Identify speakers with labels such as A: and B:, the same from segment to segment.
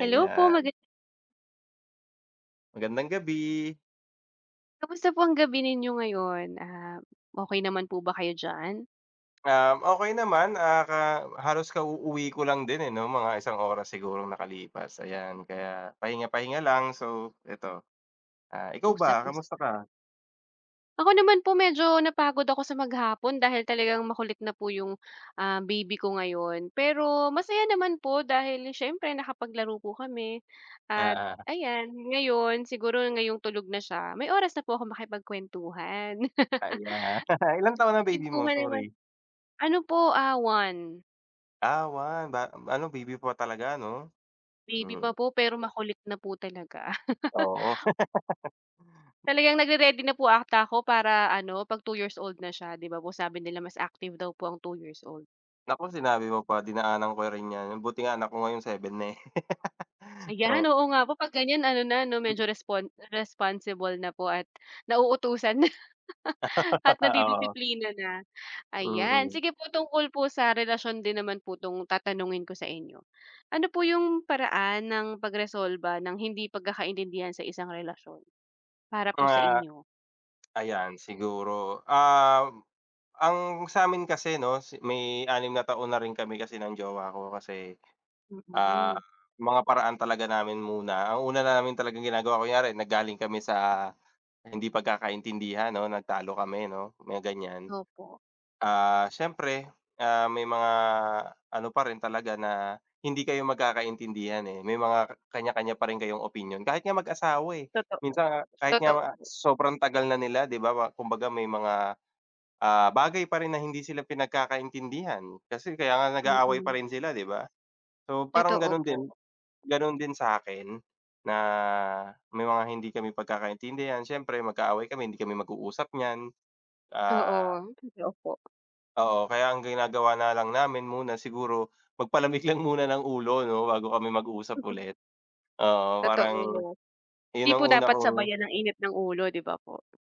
A: Hello po,
B: magandang gabi.
A: kamusta po ang gabi ninyo ngayon? Okay naman po ba kayo diyan?
B: Okay naman, ah, ka halos kauuwi ko lang din, eh, 'no, mga isang oras sigurong nakalipas, ayan. Kaya pahinga-pahinga lang, so eto. Ikaw ba,
A: Usap-usap
B: kamusta ka?
A: Ako naman po medyo napagod ako sa maghapon dahil talagang makulit na po yung baby ko ngayon. Pero masaya naman po dahil siyempre nakapaglaro po kami at
B: Oo,
A: ayan, ngayon siguro ngayong tulog na siya, may oras na po ako makipagkuwentuhan.
B: ayan. Ilang taon na baby mo,
A: Kwentuhan naman
B: sorry?
A: ano po, 1.
B: 1 ba ano, baby pa talaga 'no?
A: Baby
B: Mm,
A: pa po pero makulit na po talaga.
B: oo.
A: Talagang nagre-ready na po ata ako para ano, 'pag 2 years old na siya, 'di ba po sabi nila mas active daw po ang 2 years old.
B: Naku, sinabi mo pa, dinaanan ko rin 'yan. Buti nga anak ko ngayon seven na, eh.
A: Ayan,
B: Eh,
A: oo nga po 'pag ganyan ano na 'no, medyo responsible na po at nauutusan na at
B: oo,
A: nadidisiplina na. Ayan,
B: mm.
A: sige po tungkol po sa relasyon din naman po 'tong tatanungin ko sa inyo. Ano po yung paraan ng pagresolba ng hindi pagkakaintindihan sa isang relasyon para po sa
B: Ah,
A: inyo?
B: ayan siguro, ang sa'min kasi 'no, may anim na taon na rin kami kasi ng jowa ko kasi, ah,
A: Mm,
B: mga paraan talaga namin muna ang una namin talagang ginagawa kunyari nanggaling kami sa hindi pagkakaintindihan 'no, nagtalo kami 'no, mga ganyan.
A: opo,
B: Siyempre, may mga ano pa rin talaga na hindi kayo magkakaintindihan, eh, may mga kanya-kanya pa rin kayong opinyon kahit nga mag-asawa, eh.
A: totoo,
B: Minsan nga kahit
A: totoo
B: nga
A: po,
B: sobrang tagal na nila 'di ba, kumbaga may mga bagay pa rin na hindi sila pinagkakaintindihan, kasi kaya nga nag-aaway
A: mm.
B: pa rin sila, 'di ba? So, parang
A: Totoo
B: gano'n
A: po.
B: din gano'n din sa akin na may mga hindi kami pagkakaintindihan, siyempre magkaaway kami, hindi kami mag-uusap niyan. Ah,
A: Oo, totoo po.
B: Oo, kaya ang ginagawa na lang namin muna siguro magpalamig lang muna ng ulo 'no, bago kami mag-usap ulit. Oo, parang
A: Totoo. Hindi
B: 'yun ang
A: po
B: una
A: dapat
B: kong
A: sabayan ng init ng ulo, 'di ba po?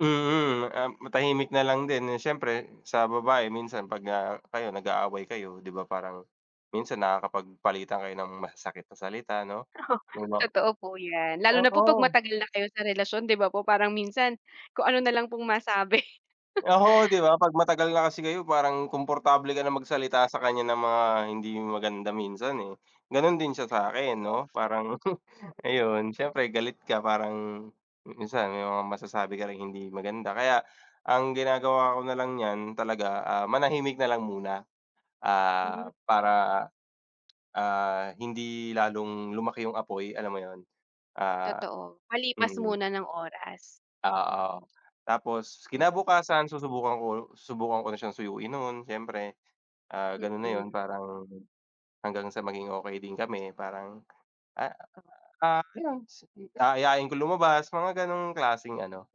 B: mm, matahimik na lang din, eh, siyempre sa babae minsan 'pag, kayo nag-aaway kayo 'di ba parang minsan nakakapagpalitan kayo ng masasakit na salita 'no? Yung mga
A: Totoo po 'yan. Lalo na po 'pag
B: oo,
A: matagal na kayo sa relasyon, 'di ba po? Parang minsan kung ano na lang pong masabi.
B: oo 'di ba 'pag matagal na kasi kayo parang komportable ka na magsalita sa kanya ng mga hindi maganda minsan, eh. Gano'n din siya sa'kin 'no, parang
A: Opo.
B: ayun siyempre galit ka parang minsan may mga masasabi ka ring hindi maganda kaya ang ginagawa ko na lang niyan talaga, manahimik na lang muna.
A: Hmm,
B: Para, hindi lalong lumaki yung apoy, alam mo yun? Ah,
A: totoo. Palipas
B: mm,
A: muna ng oras.
B: oo. Tapos
A: Totoo.
B: kinabukasan susubukan ko na siyang suyuin no'n siyempre, gano'n na 'yun
A: Mm,
B: parang hanggang sa maging okey din kami parang, ah, ayun aayain ko lumabas mga gano'ng klaseng ano,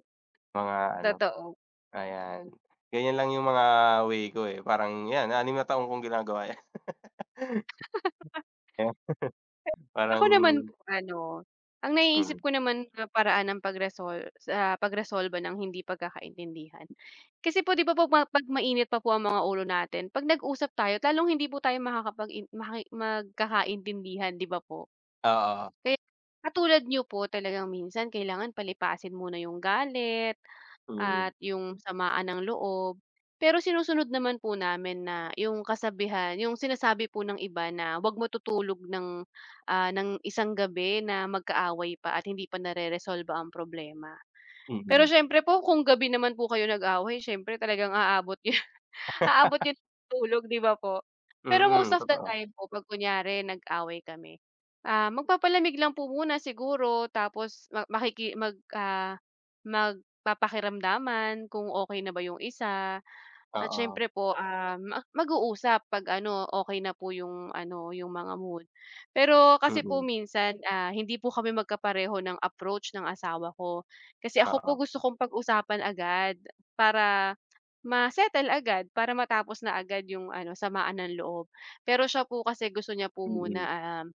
B: mga ano,
A: totoo.
B: ayan. Ganiyan lang yung mga way ko, eh, parang 'yan 6 na taon kong ginagawa. 'Yan,
A: Ako
B: parang
A: naman po ano, ang naiisip
B: mm,
A: ko naman na paraan ng pagresolba ng hindi pagkakaintindihan. Kasi po 'di ba po 'pag mainit pa po ang mga ulo natin, 'pag nag-usap tayo lalong hindi po tayo makakapag-in maki magkakaintindihan, 'di ba po?
B: oo,
A: Kaya katulad niyo po talagang minsan kailangan palipasin muna yung galit
B: mm,
A: at yung samaan ng loob. Pero sinusunod naman po namin na yung kasabihan, yung sinasabi po ng iba na 'wag matutulog ng isang gabi na magkaaway pa at hindi pa nareresolba ang problema. Pero
B: mm,
A: siyempre po kung gabi naman po kayo nag-away, siyempre talagang aabot yun sa tulog, 'di ba po? Pero most
B: mm,
A: of the
B: totoo.
A: time po 'pag kunyari nag-away kami, magpapalamig lang po muna siguro tapos ma makiki mag, ah, magpapakiramdaman kung okey na ba yung isa. At
B: Oo,
A: siyempre po, ah, ma mag-uusap 'pag ano, okay na po yung ano, yung mga mood. Pero kasi po
B: mm,
A: minsan, hindi po kami magkapareho ng approach ng asawa ko. Kasi ako po
B: oo,
A: gusto kong pag-usapan agad para ma-settle agad, para matapos na agad yung ano, samaan ng loob. Pero siya po kasi gusto niya po muna,
B: mm,
A: um,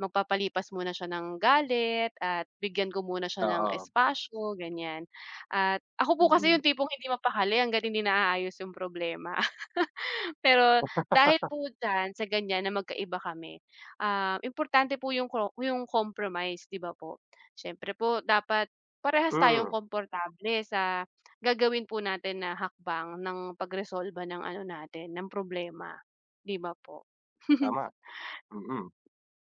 A: magpapalipas muna siya ng galit at bigyan ko muna siya ng
B: oo,
A: espasyo, ganyan. At ako po kasi
B: mm,
A: yung tipong hindi mapakali hangga't hindi naaayos yung problema. Pero dahil po diyan sa ganyan na magkaiba kami, importante po yung cro yung compromise, 'di ba po? Siyempre po dapat parehas tayong
B: hmm,
A: komportable sa gagawin po natin na hakbang ng pagresolba ng ano natin, ng problema, 'di ba po?
B: tama, mm.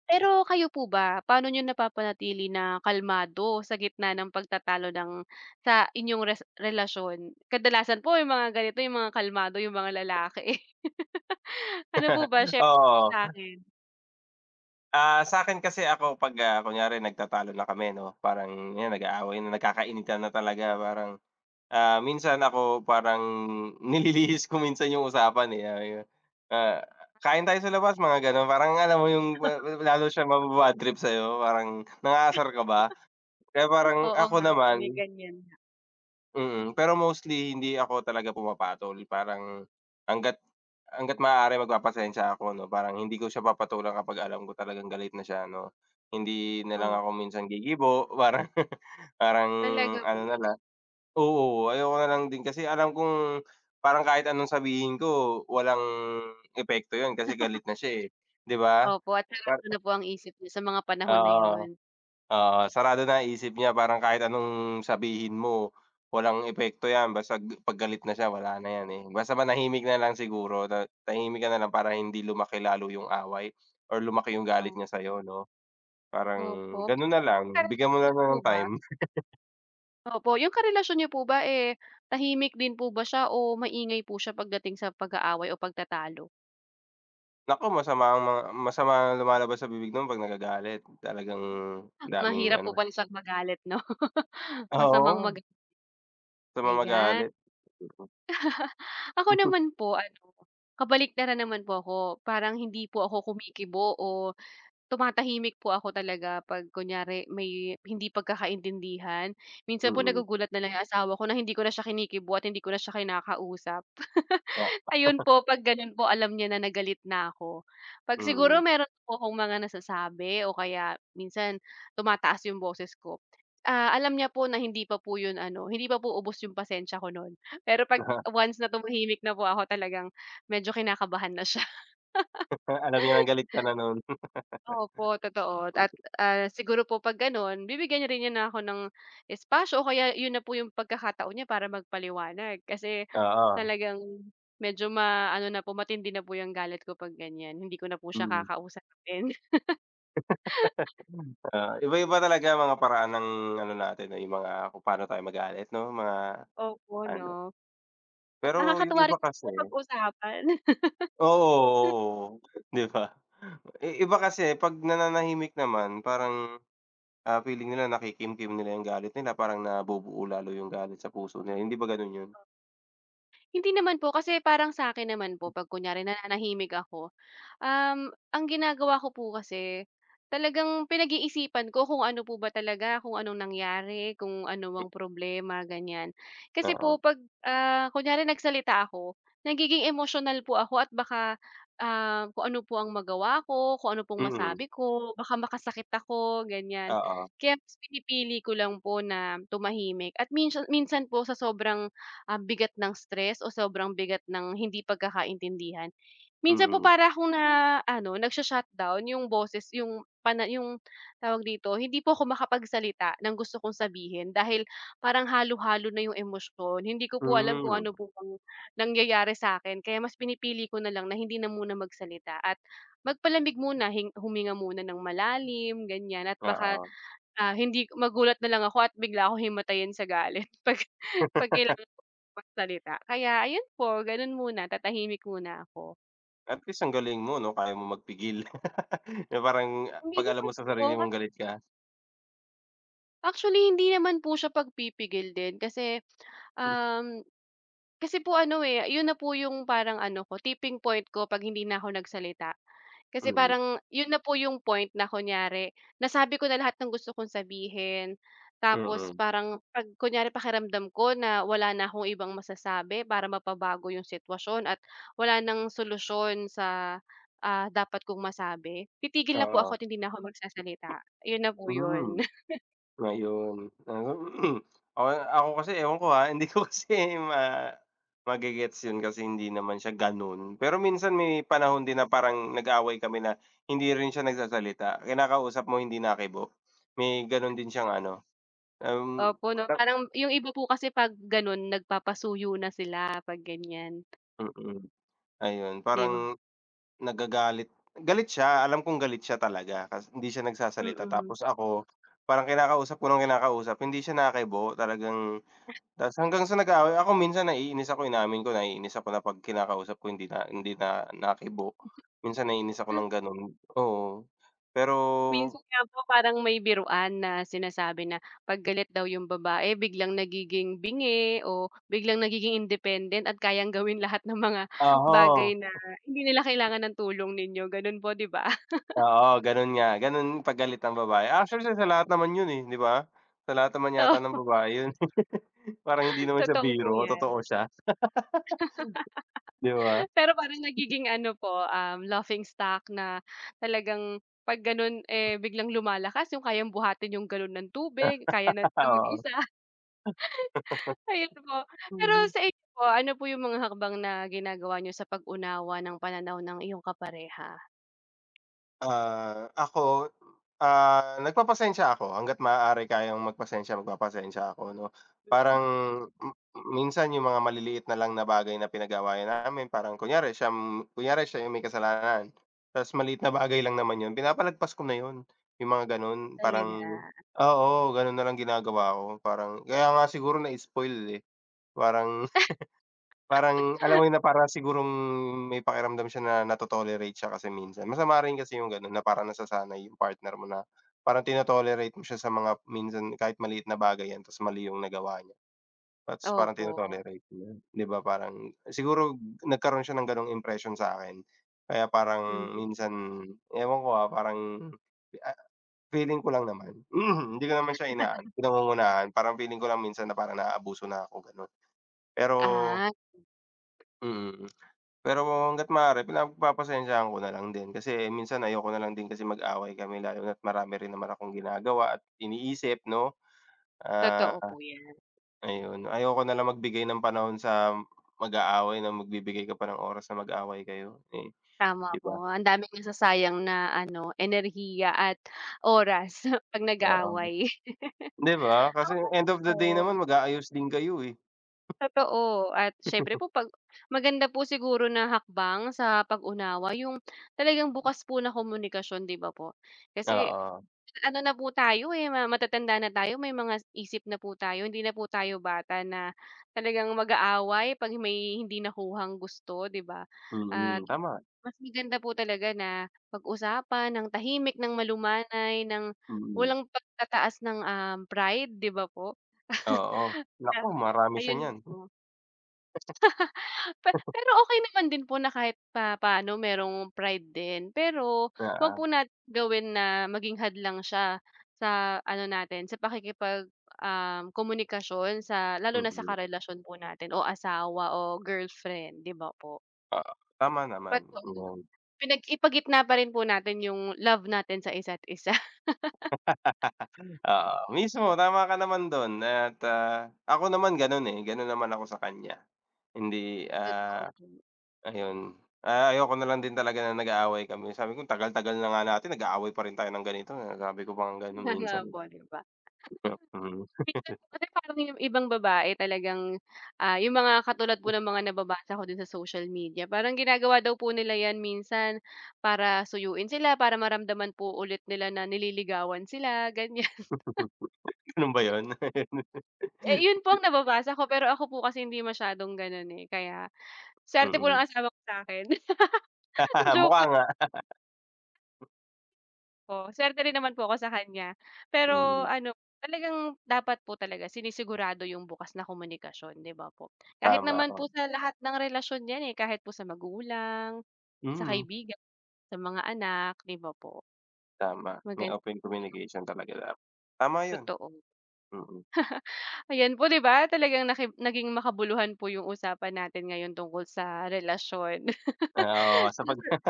A: Pero kayo po ba, paano niyo napapanatili na kalmado sa gitna ng pagtatalo sa inyong relasyon? Kadalasan po yung mga ganito, yung mga kalmado, yung mga lalaki. Ano po ba, share
B: Oo,
A: sa akin.
B: sa akin kasi ako 'pag, kunyari nagtatalo na kami 'no, parang 'yan nag-aaway na, nagkakainitan na talaga parang, minsan ako parang nililihis ko minsan yung usapan, eh, ah, "Kain tayo sa labas," mga gano'n. Parang alam mo yung lalo siyang maba-bad trip sa'yo, parang, "Nangaasar ka ba?" Kaya parang
A: Oo
B: ako
A: nga po, may
B: naman
A: ganyan nga.
B: mm, pero mostly hindi ako talaga pumapatol parang hangga't hangga't maaari magpapasensiya ako 'no, parang hindi ko siya papatulan kapag alam ko talagang galit na siya 'no. Hindi na lang
A: Oh,
B: ako minsan gigibo parang parang
A: talaga po.
B: ano na lang oo, ayoko na lang din kasi alam kong parang kahit anong sabihin ko walang epekto 'yun kasi galit na siya, eh, 'di ba?
A: Opo, at
B: Par
A: sarado na po ang isip niyo sa mga panahon na yun.
B: Oo. Oo, sarado na isip niya parang kahit anong sabihin mo, walang epekto 'yan basta 'pag galit na siya wala na 'yan, eh. Basta manahimik na lang siguro tahimik ka na lang para hindi lumaki lalo yung away or lumaki yung galit
A: Oh,
B: niya sa'yo 'no. Parang
A: opo.
B: gano'n na lang, bigyan mo na
A: Karelasyon niyo po
B: lang ng
A: ba
B: time.
A: Opo, yung karelasyon niyo po ba, eh, tahimik din po ba siya o maingay po siya pagdating sa pag-aaway o pagtatalo?
B: Naku masama ang lumalabas sa bibig no'n 'pag nagagalit. Talagang daming
A: Mahirap po
B: ano
A: bansang magalit 'no? Masamang
B: oo,
A: magalit,
B: sama
A: ayan.
B: magalit.
A: Ako naman po ano, kabaliktaran naman po ako. Parang hindi po ako kumikibo o tumatahimik po ako talaga 'pag kunyari may hindi pagkakaintindihan.
B: Mm.
A: Minsan po
B: Mm.
A: nagugulat na lang yung asawa ko na hindi ko na siya kinikibo at hindi ko na siya kinakausap.
B: Ah,
A: Ayun po, 'pag gano'n po alam niya na nagalit na ako. 'Pag siguro
B: mm.
A: meron po akong mga nasasabi o kaya minsan tumataas yung boses ko, alam niya po na hindi pa po yun ano, hindi pa po ubos yung pasensya ko nun. Pero 'pag once na tumahimik na po ako talagang medyo kinakabahan na siya.
B: Alam niya ng galit ka na no'n.
A: Opo, totoo at, ah, siguro po 'pag gano'n bibigyan niya rin na ako ng espasyo o kaya 'yun na po 'yung pagkakataon niya para magpaliwanag. Kasi
B: Oo,
A: talagang medyo ano na po, matindi na po 'yung galit ko 'pag ganiyan, hindi ko na po siya
B: mm.
A: kakausapin.
B: Iba-iba talaga mga paraan ng ano natin, eh, yung mga kung paano tayo magalit 'no, mga
A: Opo
B: ano.
A: 'no, at
B: Pero yung
A: nakakatuwa
B: iba
A: rin
B: kasi
A: po pag-usapan.
B: oo, oo, 'di ba? Iba kasi 'pag nananahimik naman parang, feeling nila nakikimkim nila yung galit nila, parang nabubuo lalo yung galit sa puso nila, hindi ba gano'n yun?
A: Hindi naman po kasi parang sa akin naman po 'pag kunyari nananahimik ako. Ang ginagawa ko po kasi, talagang pinag-iisipan ko kung ano po ba talaga, kung anong nangyari, kung ano ang problema, ganyan.
B: Mm,
A: Kasi po
B: oo,
A: 'pag, kunyari nagsalita ako, nagiging emotional po ako at baka, kung ano po ang magawa ko, kung ano pong
B: mm,
A: masabi ko, baka makasakit ako, ganyan.
B: oo,
A: Kaya mas pinipili ko lang po na tumahimik at minsan minsan po sa sobrang, bigat ng stress o sobrang bigat ng hindi pagkakaintindihan. Minsan po
B: mm,
A: para akong na ano, nagsho-shutdown yung boses yung tawag dito, hindi po ako makapagsalita ng gusto kong sabihin dahil parang halo-halo na yung emosyon. Hindi ko po alam kung
B: hmm,
A: ano po bang nangyayari sa'kin kaya mas pinipili ko na lang na hindi na muna magsalita at magpalamig muna, huminga muna ng malalim, ganyan at baka,
B: oo.
A: hindi magulat na lang ako at bigla akong himatayin sa galit 'pag kailangan magsalita. Kaya ayun po, gano'n muna, tatahimik muna ako.
B: At least ang galing mo 'no, kaya mo magpigil. Na parang
A: Hindi
B: 'pag alam
A: naman
B: mo sa
A: po
B: sarili mong
A: kasi
B: galit ka,
A: Actually hindi naman po siya pagpipigil din um, kasi po ano, eh, yun na po yung parang ano ko tipping point ko 'pag hindi na ako nagsalita. Kasi
B: hmm.
A: parang yun na po yung point na kunyari nasabi ko na lahat ng gusto kong sabihin, tapos
B: Mm,
A: parang 'pag kunyari pakiramdam ko na wala na akong ibang masasabi para mapabago yung sitwasyon at wala ng solusyon sa, dapat kong masabi, titigil na po ako
B: oo.
A: at hindi na ako magsasalita, yun na po yun.
B: Hmm, ngayon. Ako ako kasi ewan ko, ha, hindi ko kasi ma magegets yun kasi hindi naman siya gano'n. Pero minsan may panahon din na parang nag-away kami na hindi rin siya nagsasalita, kinakausap mo hindi nakibo. May gano'n din siyang ano,
A: Opo 'no,
B: parang-
A: parang yung iba po kasi 'pag ganun nagpapasuyo na sila 'pag ganyan,
B: mm, ayun
A: 'di ba?
B: parang nagagalit galit siya, alam kong galit siya talaga kasi hindi siya nagsasalita
A: Mm.
B: tapos ako parang kinakausap ko ng kinakausap hindi siya nakibo talagang Ta's hanggang sa nag-aaway ako minsan naiinis ako, inamin ko naiinis ako na 'pag kinakausap ko hindi na nakibo. Minsan naiinis ako ng gano'n, oo. Pero
A: Minsan nga po parang may biruan na sinasabi na 'pag galit daw yung babae biglang nagiging bingi o biglang nagiging independent at kayang gawin lahat ng mga bagay
B: oo,
A: na hindi nila kailangan ng tulong ninyo, gano'n po 'di ba?
B: oo gano'n nga, gano'n 'pag galit ang babae. Actually sa lahat naman 'yun, eh, 'di ba? Sa lahat naman yata ng
A: So,
B: babae 'yun. Parang hindi naman siya
A: totoo po
B: biro,
A: 'yan.
B: totoo siya, 'di ba?
A: Pero parang nagiging ano po, laughing stock na talagang 'pag gano'n, eh, biglang lumalakas yung kayang buhatin yung galon ng tubig, kaya na niya mag-isa. Ayun po. Pero
B: Oo.
A: sa inyo po, ano po yung mga hakbang na ginagawa niyo sa pag-unawa ng pananaw ng iyong kapareha?
B: Ako, nagpapasensya ako hangga't maaari kayang magpapasensya ako 'no.
A: Hmm,
B: Parang m minsan yung mga maliliit na lang na bagay na pinag-awayan namin parang kunyari siya yung may kasalanan, ta's maliit na bagay lang naman yun pinapalagpas ko na yun, yung mga gano'n
A: talaga.
B: parang oo, gano'n na lang ginagawa ko parang kaya nga siguro na-spoil, eh, parang parang alam mo yun na parang sigurong may pakiramdam siya na nato-tolerate siya kasi minsan. Masama rin kasi yung gano'n na parang nasasanay yung partner mo na parang tino-tolerate mo siya sa mga minsan kahit maliit na bagay yan ta's mali yung nagawa niya, ta's parang
A: Opo,
B: tino-tolerate mo yun, 'di ba? Parang siguro nagkaroon siya ng gano'ng impression sa akin kaya parang
A: hmm.
B: minsan ewan ko, parang, ah, feeling ko lang naman hindi ko naman siya inaano, pinangungunahan. Parang feeling ko lang minsan na parang naaabuso na ako gano'n. Pero
A: Ah,
B: mm. Pero hangga't maaari pinagpapasensyahan ko na lang din kasi minsan ayoko na lang din kasi mag-away kami lalo na't marami rin naman akong ginagawa at iniisip 'no.
A: totoo
B: Ah,
A: po 'yan,
B: Ayun, ayoko na lang magbigay ng panahon sa mag-aaway na magbibigay ka pa ng oras na mag-away kayo, eh,
A: tama
B: 'di ba?
A: po. Ang daming nasasayang na ano, enerhiya at oras 'pag
B: Oo,
A: nag-aaway.
B: 'di ba? Kasi
A: Ako
B: end of the
A: po
B: day naman mag-aayos din kayo, eh.
A: Totoo at siyempre po 'pag maganda po siguro na hakbang sa pag-unawa yung talagang bukas po na komunikasyon, 'di ba po? Kasi
B: Oo,
A: ano na po tayo, eh, matatanda na tayo, may mga isip na po tayo, hindi na po tayo bata na talagang mag-aaway 'pag may hindi nakuhang gusto, 'di ba? At
B: mm, tama,
A: mas maganda po talaga na pag-usapan ng tahimik, ng malumanay, ng
B: mm,
A: walang pagtataas ng pride, 'di ba po?
B: oo.
A: Na
B: Naku marami siya
A: Ayun
B: niyan.
A: po. Pero okey naman din po na kahit papaano merong pride din. Pero 'wag
B: Oo,
A: po natin gawin na maging hadlang siya sa ano natin, sa pakikipag, komunikasyon sa lalo na sa
B: mm,
A: karelasyon po natin o asawa o girlfriend, 'di ba po?
B: oo, tama
A: Dapat
B: naman,
A: po ano,
B: oo.
A: ipagitna pa rin po natin yung love natin sa isa't isa.
B: Oo, mismo tama ka naman dun at, ako naman ganun, eh, ganun naman ako sa kanya. Hindi,
A: Totoo po.
B: ayun, ayoko na lang din talaga na nag-aaway kami. Sabi ko tagal-tagal na nga natin nag-aaway pa rin tayo ng ganito, eh, sabi ko pang ganun
A: Kaya nga
B: minsan.
A: po, 'di ba?
B: Mm.
A: Minsan po kasi parang yung ibang babae talagang, yung mga katulad po ng mga nababasa ko din sa social media, parang ginagawa daw po nila 'yan minsan para suyuin sila, para maramdaman po ulit nila na nililigawan sila, ganyan.
B: Ganun ba yun?
A: Eh, yun po ang nababasa ko, pero ako po kasi hindi masyadong gano'n, eh, kaya swerte po
B: Mm.
A: ng asawa ko sa'kin. Joke
B: Mukha
A: lang.
B: nga.
A: Oo, swerte rin naman po ako sa kanya. Pero
B: Mm,
A: ano, talagang dapat po talaga sinisigurado yung bukas na komunikasyon, 'di ba po? Kahit
B: tama,
A: naman
B: oo.
A: po sa lahat ng relasyon 'yan, eh, kahit po sa magulang, sa
B: Mm,
A: kaibigan, sa mga anak, 'di ba po?
B: tama. May
A: Maganda
B: open
A: yung
B: communication talaga dapat. Tama yun,
A: totoo.
B: mm.
A: Ayan po, 'di ba? Talagang naging makabuluhan po yung usapan natin ngayon tungkol sa relasyon.
B: Oo, sa pag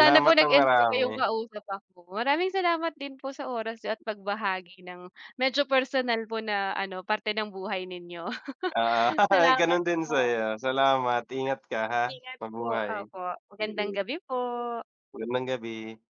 A: Sana po
B: ng
A: nag-enjoy
B: marami.
A: kayong kausap ako. Maraming salamat din po sa oras niyo at pagbahagi ng medyo personal po na ano, parte ng buhay ninyo.
B: Oo,
A: Salamat
B: gano'n din
A: po.
B: sa'yo. Salamat, ingat ka ha,
A: Ingat po.
B: mabuhay.
A: Opo, magandang
B: Mm,
A: gabi po.
B: magandang gabi.